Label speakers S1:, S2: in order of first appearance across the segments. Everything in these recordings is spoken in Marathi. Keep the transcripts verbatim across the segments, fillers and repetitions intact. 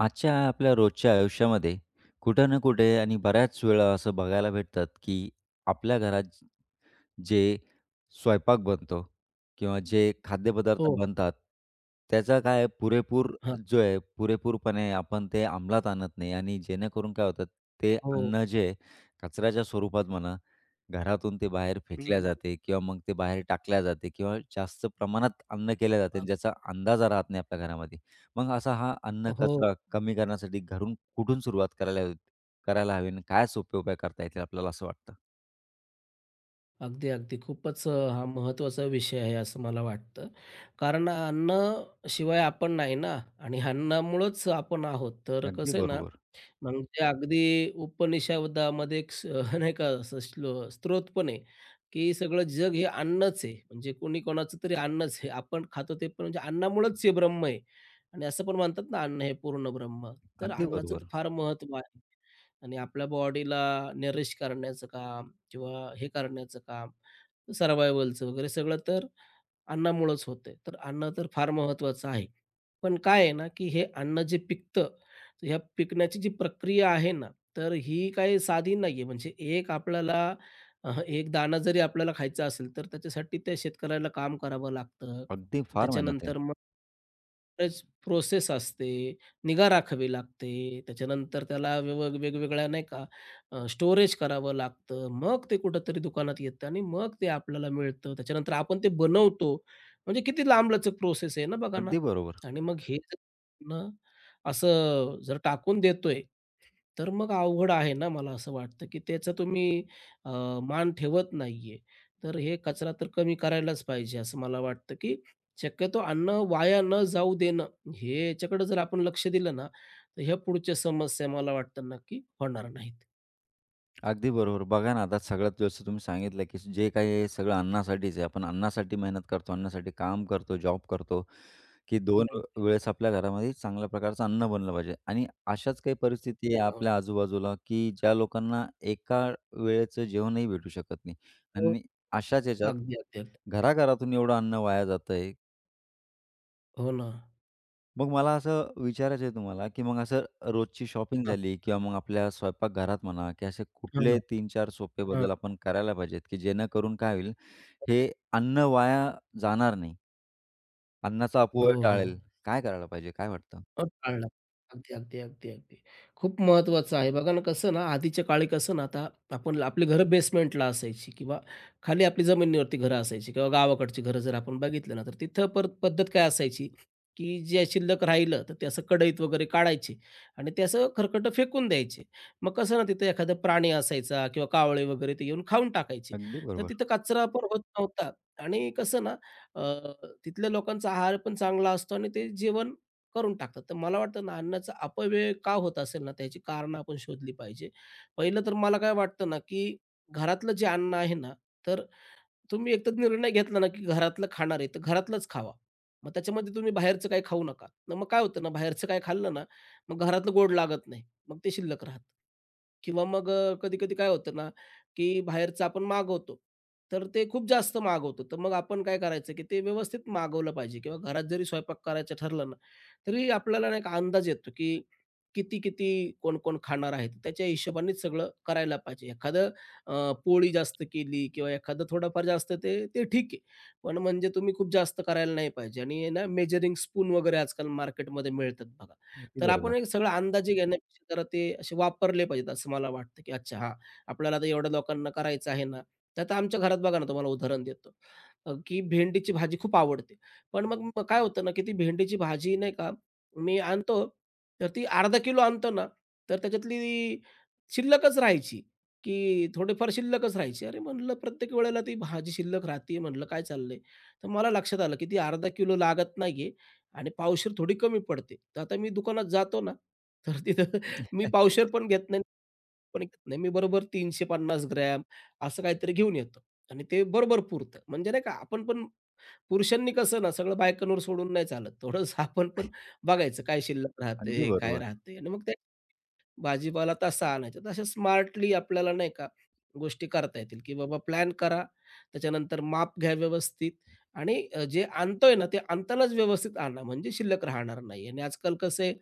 S1: आजच्या आपल्या रोजच्या आयुष्यामध्ये कुठं ना कुठे आणि बऱ्याच वेळा असं बघायला भेटतात की आपल्या घरात जे स्वयंपाक बनतो किंवा जे खाद्यपदार्थ
S2: हो.
S1: बनतात, त्याचा काय आहे पुरेपूर
S2: हां.
S1: जो आहे, पुरेपूरपणे आपण ते अंमलात आणत नाही आणि जेणेकरून काय होतं, ते
S2: हो.
S1: अन्न जे आहे, कचऱ्याच्या स्वरूपात म्हणा, घरातून ते बाहेर फेकल्या
S2: हं.
S1: जाते किंवा मग ते बाहेर टाकल्या जाते किंवा जास्त प्रमाणात अन्न केल्या जाते आणि
S2: अग
S1: ज्याचा अंदाजा राहत नाही आपल्या घरामध्ये. मग असा हा अन्न
S2: हो.
S1: कचरा कमी करण्यासाठी घरून कुठून सुरुवात करायला हवी करायला हवी आणि काय सोपे उपाय करता येतील आपल्याला असं वाटतं?
S2: अगदी, अगदी. खूपच अ, हा महत्त्वाचा विषय आहे असं मला वाटतं. कारण अन्न शिवाय आपण नाही ना आणि अन्नामुळंच आपण आहोत. तर
S1: अगदी
S2: कसं आहे ना
S1: बरोबर.
S2: म्हणजे अगदी उपनिषदामध्ये एक स नाही का असं श्लो स्त्रोत पण आहे, की सगळं जग हे अन्नच आहे. म्हणजे कोणी कोणाचं तरी अन्नच आहे. आपण खातो ते पण म्हणजे अन्नामुळंच हे ब्रह्म आहे. आणि असं पण म्हणतात ना, अन्न हे पूर्ण ब्रह्म. तर
S1: अगदी
S2: अन्नाचं तर
S1: बरोबर.
S2: फार महत्त्व आहे. आणि आपल्या बॉडीला नरिश करण्याचं काम किंवा हे करण्याचं काम, सर्व्हायव्हलचं वगैरे सगळं तर अन्नामुळंच होतंय. तर अन्न तर फार महत्त्वाचं आहे. पण काय आहे ना, की हे अन्न जे पिकतं, तर ह्या पिकण्याची जी प्रक्रिया आहे ना, तर ही काही साधी नाहीये. म्हणजे एक आपल्याला अ, एक दाणा जरी आपल्याला खायचा असेल, तर त्याच्यासाठी त्या शेतकऱ्याला काम करावं लागतं.
S1: अगदी फार मेहनत आहे.
S2: त्याच्यानंतर मग बरेच प्रोसेस असते, निगा राखावी लागते. त्याच्यानंतर त्याला वेव वेगवेगळ्या नाही का अ, स्टोरेज करावं लागतं. मग ते कुठेतरी दुकानात येतं आणि मग ते आपल्याला मिळतं. त्याच्यानंतर आपण ते बनवतो. म्हणजे किती लांबलचक प्रोसेस आहे ना, बघा ना.
S1: अगदी बरोबर.
S2: आणि मग हे जर ना असं जर टाकून देतोय, तर मग अवघड आहे ना, मला असं वाटतं, की त्याचा तुम्ही अ, मान ठेवत नाहीये. तर हे कचरा तर कमी करायलाच पाहिजे, असं मला वाटतं, की शक्यतो अन्न वाया न जाऊ देणं, हे याच्याकडे जर आपण लक्ष दिलं ना, तर ह्या पुढच्या समस्या मला वाटतं नक्की होणार नाहीत.
S1: अगदी बरोबर. बघा ना, आता सगळ्यात जसं तुम्ही सांगितलं, की जे काही आहे सगळं अन्नासाठीच आहे. आपण अन्नासाठी मेहनत करतो, अन्नासाठी काम करतो, जॉब करतो, की दोन
S2: बरोबर आहे.
S1: वेळेस आपल्या घरामध्ये चांगल्या प्रकारचं अन्न बनलं पाहिजे. आणि अशाच काही परिस्थिती
S2: हो
S1: आहे
S2: ना, हो ना.
S1: आपल्या आजूबाजूला, की ज्या लोकांना एका वेळेचं जेवणही भेटू शकत नाही.
S2: हो, हो.
S1: आणि अशाच ह्याच्यात
S2: अगदी, अगदी, अगदी.
S1: घराघरातून एवढं अन्न वाया जातंय.
S2: हो ना.
S1: मग मला असं विचारायचं आहे तुम्हाला, की मग असं रोजची शॉपिंग
S2: हां.
S1: झाली किंवा मग आपल्या स्वयंपाकघरात म्हणा, की असे
S2: हां,
S1: कुठले
S2: हां.
S1: तीन चार सोपे बदल आपण करायला पाहिजेत, की जेणेकरून काय होईल, हे अन्न वाया जाणार नाही, अन्नाचा
S2: हो,
S1: अपव्यय
S2: हो.
S1: टाळेल. काय करायला पाहिजे, काय वाटतं?
S2: अ, टाळला. अगदी, अगदी, अगदी, अगदी. खूप महत्त्वाचं आहे. बघा ना, कसं ना, आधीच्या काळी कसं ना, आता आपण आपली घरं बेसमेंटला असायची किंवा खाली आपली जमिनीवरती घरं असायची किंवा गावाकडची घरं जर आपण बघितलं ना, तर तिथं पर पद्धत काय असायची, की जे शिल्लक राहिलं, तर ते असं कढईत वगैरे काढायचे आणि ते असं खरकटं फेकून द्यायचे. मग कसं ना, तिथं एखादा प्राणी असायचा किंवा कावळे वगैरे ते येऊन खाऊन टाकायचे.
S1: अगदी
S2: तर
S1: बरोबर,
S2: तिथं कचरा पण होत नव्हता आणि कसं ना, अ, तिथल्या लोकांचा आहार पण चांगला असतो आणि ते जेवण करून टाकतात. तर मला वाटतं ना अन्नाचा अपव्यय का होत असेल ना, त्याची कारणं आपण शोधली पाहिजे. पहिलं तर मला काय वाटतं ना, की घरातलं जे अन्न आहे ना, तर तुम्ही एक निर्णय घेतला ना, की घरातलं खाणार आहे, तर घरातलंच खावा. मग त्याच्यामध्ये तुम्ही बाहेरचं काही खाऊ नका. तर मग काय होतं ना, बाहेरचं काय खाल्लं ना, मग घरातलं गोड लागत नाही. मग ते शिल्लक राहतं. किंवा मग कधी-कधी काय होतं ना, की बाहेरचं आपण मागवतो, तर ते खूप जास्त मागवतो. तर मग आपण काय करायचं, की ते व्यवस्थित मागवलं पाहिजे किंवा घरात जरी स्वयंपाक करायचं ठरलं ना, तरी आपल्याला नाही का अंदाज येतो की किती किती कोण कोण खाणार आहे, तर त्याच्या हिशोबानेच सगळं करायला पाहिजे. एखादं अ, पोळी जास्त केली किंवा एखादं थोडंफार जास्त, ते ते ठीक आहे, पण म्हणजे तुम्ही खूप जास्त करायला नाही पाहिजे. आणि आहे ना, मेजरिंग स्पून वगैरे आजकाल मार्केटमध्ये मिळतात बघा.
S1: अगदी
S2: तर आपण
S1: बरोबर.
S2: एक सगळं अंदाजे घेण्यापेक्षा जरा ते असे वापरले पाहिजेत असं मला वाटतं. की अच्छा, हा, आपल्याला आता एवढ्या लोकांना करायचं आहे ना, तर आता आमच्या घरात बघा ना, तुम्हाला उदाहरण देतो. अ, की भेंडीची भाजी खूप आवडते, पण मग मग काय होतं ना, की ती भेंडीची भाजी नाही का मी आणतो, तर ती अर्धा किलो आणतो ना, तर त्याच्यातली शिल्लकच राहायची, की थोडेफार शिल्लकच राहायचे. अरे, म्हटलं प्रत्येक वेळेला ती भाजी शिल्लक राहते, म्हटलं काय चाललंय? तर मला लक्षात आलं, की ती अर्धा किलो लागत नाहीये आणि पावशेर थोडी कमी पडते. तर आता मी दुकानात जातो ना, तर तिथं मी पावशेर पण घेत नाही, पण घेत नाही. मी बरोबर साडेतीनशे ग्रॅम असं काहीतरी घेऊन येतो आणि ते बरोबर पुरतं. म्हणजे नाही का, आपण पण पुरुषांनी कसं ना सगळं बायकांवर सोडून नाही चालत. थोडंसं आपण पण बघायचं काय शिल्लक
S1: अगदी
S2: राहते, काय
S1: बरोबर,
S2: राहते आणि मग ते भाजीपाला तसा आणायचा. तर स्मार्टली आपल्याला नाही का गोष्टी करता येतील, की बाबा प्लॅन करा, त्याच्यानंतर माप घ्या व्यवस्थित आणि अ, जे आणतोय ना, ते आणतानाच व्यवस्थित आणा, म्हणजे शिल्लक राहणार नाही. आणि आजकाल कसं आहे,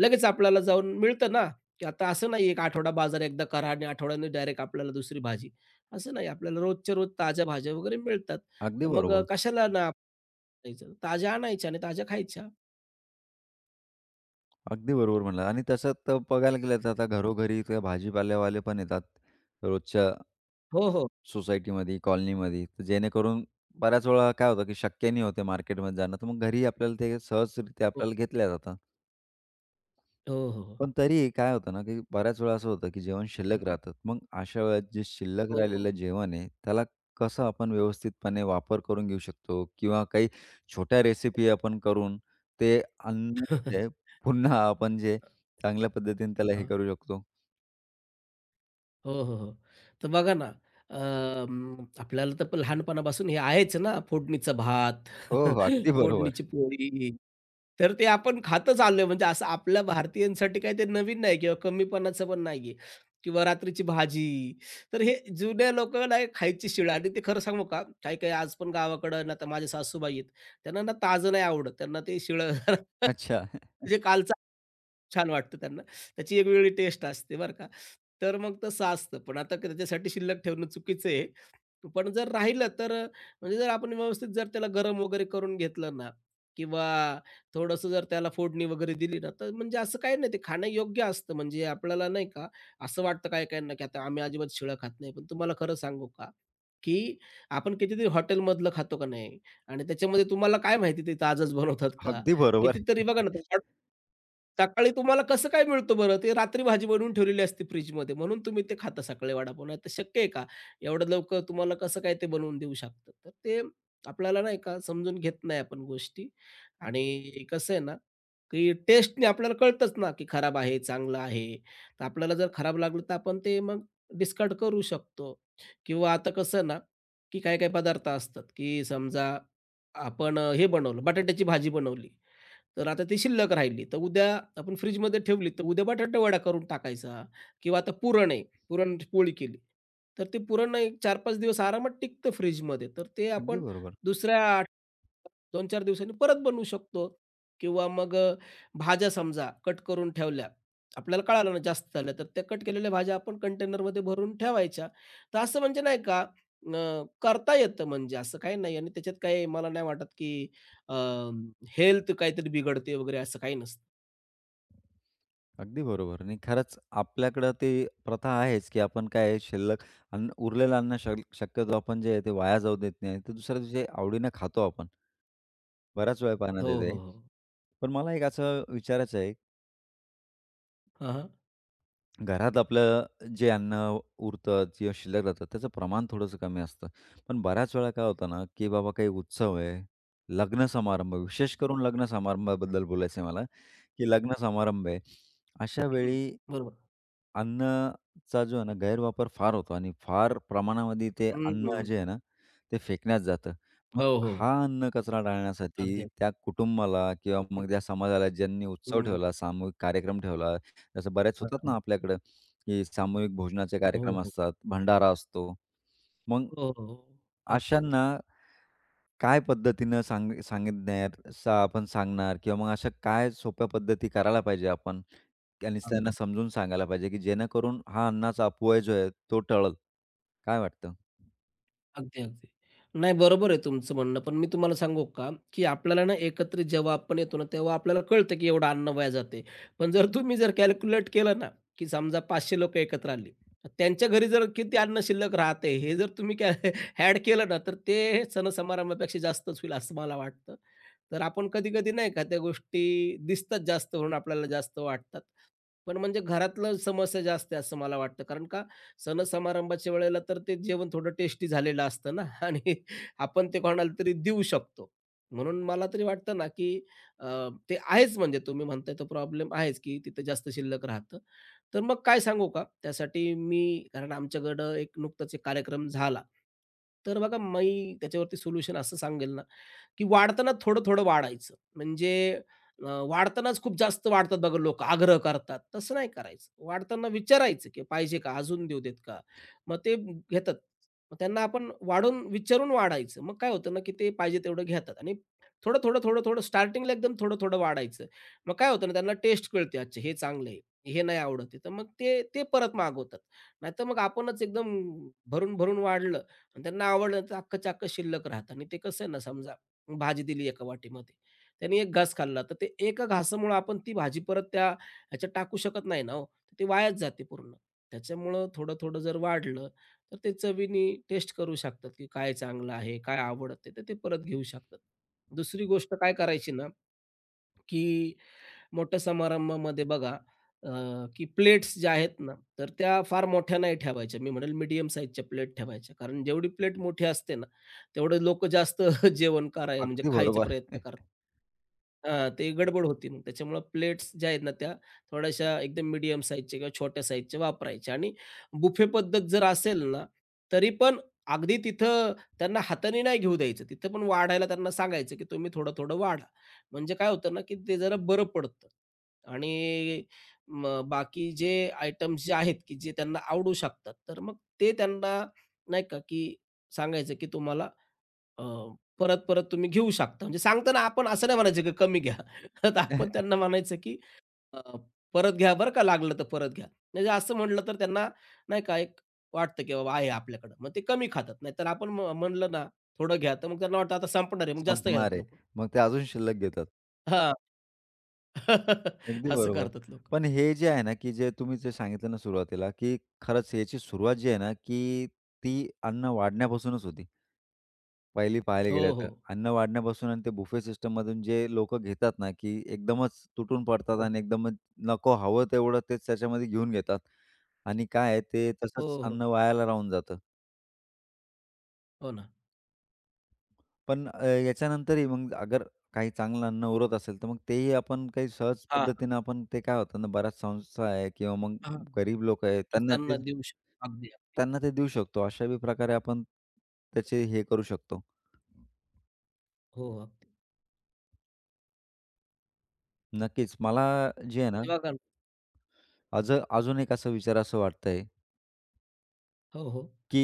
S2: लगेच आपल्याला जाऊन मिळतं ना, की आता असं नाही एक आठवडा बाजार एकदा करा आणि आठवड्याने डायरेक्ट आपल्याला दुसरी भाजी. असं नाही, आपल्याला रोजच्या रोज ताज्या भाज्या वगैरे मिळतात.
S1: अगदी
S2: तर मग अ,
S1: बरोबर,
S2: कशाला ना नाहीच. ताज्या आणायच्या आणि ताज्या खायच्या.
S1: अगदी बरोबर म्हणलात आणि तसं तर बघायला गेलं तर आता घरोघरी ते भाजीपालेवाले पण येतात रोजच्या
S2: हो, हो.
S1: सोसायटीमध्ये, कॉलनीमध्ये, तर जेणेकरून बऱ्याच वेळा काय होतं, की शक्य नाही होते मार्केटमध्ये जाणं, तर मग घरी आपल्याला ते सहजरित्या
S2: हो.
S1: आपल्याला घेतल्या जातात.
S2: हो, हो, हो.
S1: पण तरीही काय होतं ना, की बऱ्याच वेळा असं होतं, की जेवण शिल्लक राहतात. मग अशा वेळेत जे शिल्लक
S2: हो.
S1: राहिलेलं जेवण आहे, त्याला कसं आपण व्यवस्थितपणे वापर करून घेऊ शकतो किंवा काही छोट्या रेसिपी आपण करून ते अन्न जे पुन्हा आपण जे चांगल्या पद्धतीने त्याला हे
S2: हां.
S1: करू शकतो?
S2: हो, हो, हो. तर बघा ना, अं, आपल्याला तर लहानपणापासून हे आहेच ना, फोडणीचा भात,
S1: हो, हो. अगदी बरोबर.
S2: फोडणीची पोळी. तर ते आपण खातच आलोय. म्हणजे असं आपल्या भारतीयांसाठी काही ते नवीन नाही किंवा कमीपणाचं पण नाही आहे किंवा रात्रीची भाजी. तर हे जुन्या लोकांना हे खायची शिळ. आणि ते खरं सांगू का, काही-काही आज पण गावाकडं ना, तर माझ्या सासूबाई आहेत, त्यांना ना ताजं नाही आवडत. त्यांना ते शिळं
S1: अच्छा.
S2: म्हणजे कालचं छान वाटतं त्यांना. त्याची एक वेगळी टेस्ट असते बरं का. तर मग तसं असतं. पण आता क- त्याच्यासाठी शिल्लक ठेवणं चुकीचं आहे. पण जर राहिलं तर अ, म्हणजे जर आपण व्यवस्थित जर त्याला गरम वगैरे करून घेतलं ना किंवा थोडंसं जर त्याला फोडणी वगैरे दिली ना, तर म्हणजे असं काही नाही, ते खाणं योग्य असतं. म्हणजे आपल्याला नाही का, असं वाटतं काही काहींना, की आता आम्ही अजिबात शिळं खात नाही. पण तुम्हाला खरं सांगू का, की आपण कितीतरी हॉटेलमधलं खातो का नाही आणि त्याच्यामध्ये तुम्हाला काय माहिती ते ताजंच बनवतात का?
S1: अगदी बरोबर.
S2: कितीतरी बघा ना तुम्हा- सकाळी तुम्हाला कसं काय मिळतं बरं? ते रात्री भाजी बनवून ठेवलेली असते फ्रिजमध्ये म्हणून तुम्ही ते खाता सकाळी वडापाव. नाहीतर शक्य आहे का? एवढं लवकर तुम्हाला कसं काय ते बनवून देऊ शकतात. तर ते आपल्याला नाही का समजून घेत नाही आपण गोष्टी. आणि कसं आहे ना, की टेस्टने आपल्याला कळतंच ना, की खराब आहे, चांगलं आहे. तर आपल्याला जर खराब लागलं तर आपण ते मग डिस्कार्ड करू शकतो किंवा आता कसं ना, की काही काही पदार्थ असतात, की समजा आपण अ, हे बनवलं, बटाट्याची भाजी बनवली. तर आता ती शिल्लक राहिली. तर उद्या आपण फ्रिजमध्ये ठेवली, तर उद्या बटाटावडा करून टाकायचा किंवा आता पुरण आहे, पुरणाची पोळी केली. तर ते पुरण एक चार ते पाच दिवस आरामात टिकतं फ्रिजमध्ये. तर ते
S1: अगदी
S2: आपण
S1: बरोबर.
S2: दुसऱ्या दोन ते चार दिवसांनी परत बनवू शकतो. किंवा मग अ, भाज्या समजा कट करून ठेवल्या. आपल्याला कळालं ना जास्त झालं, तर त्या कट केलेल्या भाज्या आपण कंटेनरमध्ये भरून ठेवायच्या. तर असं म्हणजे नाही का अ, करता येतं. म्हणजे असं काही नाही आणि त्याच्यात काही मला नाही वाटत, की हेल्थ काहीतरी बिघडते वगैरे असं काही नसतं.
S1: अगदी बरोबर. आणि खरंच आपल्याकडं ते प्रथा आहेच, की आपण काय आहे शिल्लक अन्न उरलेलं अन्न शल शक्यतो आपण जे आहे ते वाया जाऊ देत नाही. ते दुसऱ्या दिवशी आवडीनं खातो आपण. बऱ्याच वेळा
S2: हो,
S1: पाहण्यात येते.
S2: हो, हो.
S1: पण मला एक असं विचारायचं आहे,
S2: हां, हां.
S1: घरात आपलं जे अन्न उरतं किंवा शिल्लक राहतं त्याचं प्रमाण थोडंसं कमी असतं. पण बऱ्याच वेळा काय होतं ना, की बाबा काही उत्सव आहे, लग्न समारंभ, विशेष करून लग्न समारंभाबद्दल बोलायचं आहे मला. की लग्न समारंभ आहे. अशा
S2: हं,
S1: वेळी
S2: बरोबर.
S1: अन्नाचा जो आहे ना गैरवापर फार होतो आणि फार प्रमाणामध्ये ते अन्न
S2: हं,
S1: जे आहे ना, ते फेकण्यात जातं.
S2: हो,
S1: मग
S2: हो.
S1: हा अन्न कचरा टाळण्यासाठी
S2: अगदी.
S1: त्या कुटुंबाला किंवा
S2: हं,
S1: मग त्या समाजाला ज्यांनी उत्सव
S2: हं.
S1: ठेवला, सामूहिक कार्यक्रम ठेवला, जसं बऱ्याच
S2: हां,
S1: होतात ना
S2: हां.
S1: आपल्याकडं, की सामूहिक भोजनाचे
S2: हो,
S1: कार्यक्रम
S2: हो.
S1: असतात, भंडारा असतो. मग
S2: हो, हो. अगदी,
S1: अशांना
S2: अगदी.
S1: काय पद्धतीनं सांग सांगितणार सा आपण सांगणार किंवा मग अशा काय सोप्या पद्धती करायला पाहिजे आपण आणि
S2: हां,
S1: त्यांना
S2: हां.
S1: समजून सांगायला पाहिजे, की जेणेकरून हा अन्नाचा अपव्यय जो आहे तो टळल. काय वाटतं?
S2: अगदी, अगदी. नाही, बरोबर आहे तुमचं म्हणणं. पण मी तुम्हाला सांगू का, की आपल्याला ना एकत्रित जेव्हा आपण येतो ना, तेव्हा आपल्याला कळतं की एवढं अन्न वाया जाते. पण जर तुम्ही जर कॅल्क्युलेट केलं ना, की समजा पाचशे लोकं एकत्र आली. त्यांच्या घरी जर किती अन्न शिल्लक राहते हे जर तुम्ही कॅ केलं ना, तर ते सण-समारंभापेक्षा जास्तच होईल असं मला वाटतं. तर आपण कधी-कधी नाही का त्या गोष्टी दिसतात जास्त म्हणून आपल्याला जास्त वाटतात. पण म्हणजे घरातलं समस्या जास्त आहे असं मला वाटतं. कारण का, सण-समारंभाच्या वेळेला तर ते जेवण थोडं टेस्टी झालेलं असतं ना आणि आपण ते कोणाला तरी देऊ शकतो. म्हणून मला तरी वाटतं ना, की अ, ते आहेच. म्हणजे तुम्ही म्हणताय तो प्रॉब्लेम आहेच, की तिथे जास्त शिल्लक राहतं. तर मग काय सांगू का? त्यासाठी मी, कारण आमच्याकडं एक नुकताच एक कार्यक्रम झाला. तर बघा, मी त्याच्यावरती सोल्युशन असं सांगेल ना, की वाढताना थोडं-थोडं वाढायचं. म्हणजे अ, वाढतानाच खूप जास्त वाढतात बघा लोकं, आग्रह करतात. तसं नाही करायचं. वाढताना विचारायचं, की "पाहिजे का? अजून देऊ देत का?" मग ते घेतात. मग त्यांना आपण वाढून विचारून वाढायचं. मग काय होतं ना, की ते पाहिजे तेवढं घेतात आणि थोडं, थोडं, थोडं, थोडं स्टार्टिंगला एकदम थोडं-थोडं वाढायचं. मग काय होतं ना, त्यांना टेस्ट कळते, "अच्छा, हे चांगलं आहे, हे नाही आवडत आहे." तर मग ते ते परत मागवतात. नाहीतर मग आपणच एकदम भरून-भरून वाढलं आणि त्यांना आवडलं तर अख्खं-अख्खं शिल्लक राहतं. आणि ते कसं आहे ना, समजा भाजी दिली एका वाटीमध्ये. त्याने एक घास खाल्ला, तर ते एका घासामुळं आपण ती भाजी परत त्या ह्याच्यात टाकू शकत नाही ना हो. तर ती वायाच जाते पूर्ण. त्याच्यामुळं थोडं-थोडं जर वाढलं, तर ते चवीने टेस्ट करू शकतात, की काय चांगलं आहे, काय आवडतं, तर ते परत घेऊ शकतात. दुसरी गोष्ट काय करायची ना, की मोठ्या समारंभामध्ये बघा अ, की प्लेट्स ज्या आहेत ना, तर त्या फार मोठ्या नाही ठेवायच्या. मी म्हणेल मीडियम साईजच्या प्लेट ठेवायच्या. कारण जेवढी प्लेट मोठी असते ना, तेवढे लोकं जास्त जेवण कराय, म्हणजे
S1: अगदी
S2: खायचा
S1: बरोबर.
S2: प्रयत्न करतात. हां, ते गडबड होती मग. त्याच्यामुळं प्लेट्स ज्या आहेत ना, त्या थोड्याशा एकदम मीडियम साईजच्या किंवा छोट्या साईजच्या वापरायच्या. आणि बुफे पद्धत जर असेल ना, तरी पण अगदी तिथं त्यांना हाताने नाही घेऊ द्यायचं. तिथं पण वाढायला त्यांना सांगायचं, की तुम्ही थोडं-थोडं वाढा. म्हणजे काय होतं ना, की ते जरा बरं पडतं. आणि मग बाकी जे आयटम्स जे आहेत, की जे त्यांना आवडू शकतात, तर मग ते त्यांना नाही का, की सांगायचं, की तुम्हाला अ, परत-परत तुम्ही घेऊ शकता. म्हणजे सांगताना आपण असं नाही म्हणायचं, की कमी घ्या. तर आपण त्यांना म्हणायचं, की अ, परत घ्या बरं का, लागलं तर परत घ्या. म्हणजे असं म्हटलं तर त्यांना नाही का, एक वाटतं, की बाबा आहे आपल्याकडं. मग ते कमी खातात. नाहीतर आपण म म्हणलं ना, थोडं घ्या, तर मग त्यांना वाटतं आता संपणार आहे, मग जास्त
S1: संपणार
S2: घेतात
S1: आहे.
S2: लोकं.
S1: मग ते अजून शिल्लक घेतात.
S2: हां.
S1: अगदी
S2: असं
S1: बरोबर.
S2: करतात लोकं.
S1: पण हे जे आहे ना, की जे तुम्ही जे सांगितलं ना सुरुवातीला, की खरंच याची सुरुवात जी आहे ना, की ती अन्न वाढण्यापासूनच होती. पहिली पाहायला गेल्या
S2: हो, हो.
S1: तर. अन्न वाढण्यापासून आणि ते बुफे सिस्टम सिस्टममधून जे लोक घेतात ना, की एकदमच तुटून पडतात
S2: हो,
S1: आणि एकदमच नको हवं तेवढं तेच त्याच्यामध्ये घेऊन घेतात. आणि काय आहे ते
S2: हो,
S1: तसंच
S2: हो.
S1: अन्न वायाला राहून जातं.
S2: हो ना.
S1: पण अ, याच्यानंतरही मग अगर काही चांगलं अन्न उरत असेल, तर मग तेही आपण काही सहज
S2: हां.
S1: पद्धतीनं आपण ते काय होतं ना, बऱ्याच संस्था आहे किंवा मग
S2: हां,
S1: गरीब लोकं आहेत, त्यांना ते
S2: संस्थांना देऊ शकतो. अगदी, अगदी.
S1: त्यांना ते देऊ शकतो. अशाही प्रकारे आपण त्याचे हे करू शकतो.
S2: हो, हो, अगदी.
S1: नक्कीच मला जे आहे ना
S2: तेव्हा का
S1: अज अजून एक असा विचार असं वाटतंय,
S2: हो, हो.
S1: की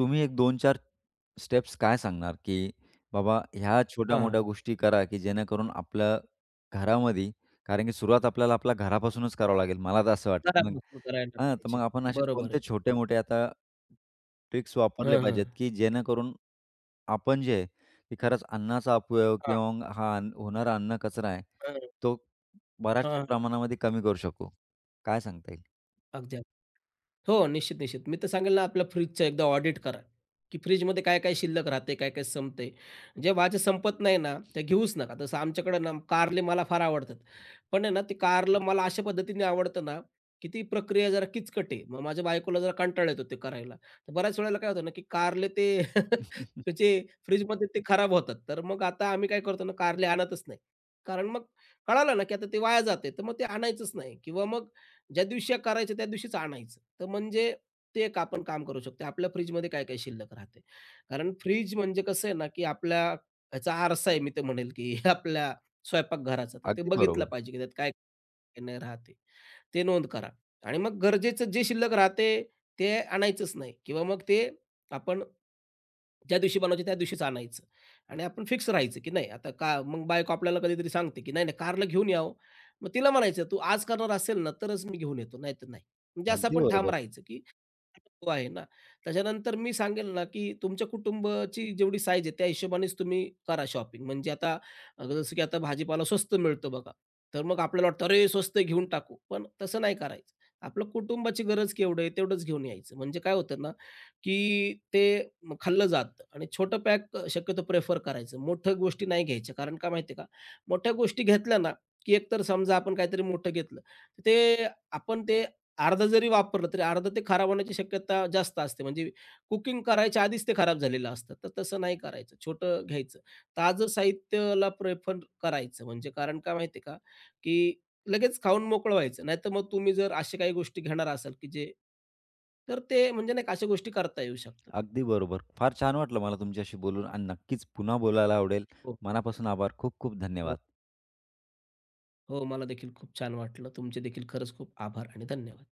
S1: तुम्ही एक दोन ते चार स्टेप्स काय सांगणार, की बाबा ह्या
S2: हां, हां.
S1: छोट्या-मोठ्या गोष्टी करा, की जेणेकरून आपल्या घरामध्ये कारण की सुरुवात आपल्याला आपल्या घरापासूनच करावं लागेल. मला तर असं वाटतं. मग
S2: घरापासून करायला
S1: हां, तर
S2: पाहिजे.
S1: मग आपण असे
S2: बरोबर आहे.
S1: कोणते
S2: हो.
S1: छोटे-मोठे आता ट्रिक्स वापरले
S2: हं, हं.
S1: पाहिजेत, की जेणेकरून आपण जे आहे, की खरंच अन्नाचा अपव्यय
S2: हां.
S1: किंवा मग हा अन्न होणारा अन्न कचरा आहे,
S2: हं,
S1: तो बऱ्याचशा
S2: हां.
S1: प्रमाणामध्ये कमी करू शकू. काय सांगता येईल?
S2: अगदी. हो, निश्चित, निश्चित. मी तर सांगेल ना, आपल्या फ्रिजचं एकदा ऑडिट करा, की फ्रिजमध्ये काय-काय शिल्लक राहते, काय-काय संपते. जे माझं संपत नाही ना, ते घेऊच नका. तसं आमच्याकडं ना कारले मला फार आवडतात. पण आहे ना, ते कारलं मला अशा पद्धतीने आवडतं ना, की ती प्रक्रिया जरा किचकट आहे. मग माझ्या बायकोला जरा कंटाळा येतो ते करायला. तर बऱ्याच वेळेला काय होतं ना, की कारले ते त्याचे फ्रिजमध्ये ते खराब होतात. तर मग आता आम्ही काय करतो ना, कारले आणतच नाही. कारण मग कळालं ना, की आता ते वाया जाते. तर मग ते आणायचंच नाही किंवा मग ज्या दिवशी करायचं त्या दिवशीच आणायचं. तर म्हणजे ते एक आपण काम करू शकतो. आपल्या फ्रिजमध्ये काय-काय शिल्लक राहते. कारण फ्रिज म्हणजे कसं आहे ना, की आपल्या ह्याचा आरसा आहे मी तर म्हणेल, की आपल्या स्वयंपाकघराचा. तर ते
S1: अगदी
S2: बघितलं
S1: बरोबर.
S2: पाहिजे, की त्यात काय काय नाही राहते. ते नोंद करा. आणि मग गरजेचं जे शिल्लक राहते, ते आणायचंच नाही किंवा मग ते आपण ज्या दिवशी बनवायचे त्या दिवशीच आणायचं. आणि आपण फिक्स राहायचं, की नाही आता. का मग बायको आपल्याला कधीतरी सांगते, की "नाही, नाही कारला घेऊन या हो." मग तिला म्हणायचं, "तू आज करणार असेल ना, तरच मी घेऊन येतो, नाहीतर नाही." म्हणजे असं
S1: अगदी
S2: आपण ठाम
S1: बरोबर.
S2: राहायचं, की तो आहे ना. त्याच्यानंतर मी सांगेल ना, की तुमच्या कुटुंबाची जेवढी साईज आहे, त्या हिशोबानेच तुम्ही करा शॉपिंग. म्हणजे आता अ, जसं की आता भाजीपाला स्वस्त मिळतो बघा. तर मग आपल्याला वाटतं, "अरे, स्वस्त आहे, घेऊन टाकू." पण तसं नाही करायचं. आपलं कुटुंबाची गरज केवढं आहे, तेवढंच घेऊन यायचं. म्हणजे काय होतं ना, की ते म खाल्लं जातं आणि छोटं पॅक शक्यतो प्रेफर करायचं. मोठ्या गोष्टी नाही घ्यायच्या. कारण का माहिती आहे का, मोठ्या गोष्टी घेतल्या ना, की एकतर समजा आपण काहीतरी मोठं घेतलं, तर ते आपण ते अर्धा जरी वापरलं, तरी अर्ध ते खराब होण्याची शक्यता जास्त असते. म्हणजे कुकिंग करायच्या आधीच ते खराब झालेलं असतं. तर तसं नाही करायचं. छोटं घ्यायचं. ताजं साहित्याला प्रेफर करायचं. म्हणजे कारण काय माहिती आहे का, की लगेच खाऊन मोकळं व्हायचं. नाहीतर मग तुम्ही जर अशा काही गोष्टी घेणार असाल, की जे तर ते म्हणजे नाही का अशा गोष्टी करता येऊ शकतात.
S1: अगदी बरोबर. फार छान वाटलं मला तुमच्याशी बोलून आणि नक्कीच पुन्हा बोलायला आवडेल.
S2: हो,
S1: मनापासून आभार. खूप खूप
S2: हो,
S1: धन्यवाद.
S2: हो. मला देखील खूप छान वाटलं. तुमचे देखील खरंच खूप आभार आणि धन्यवाद.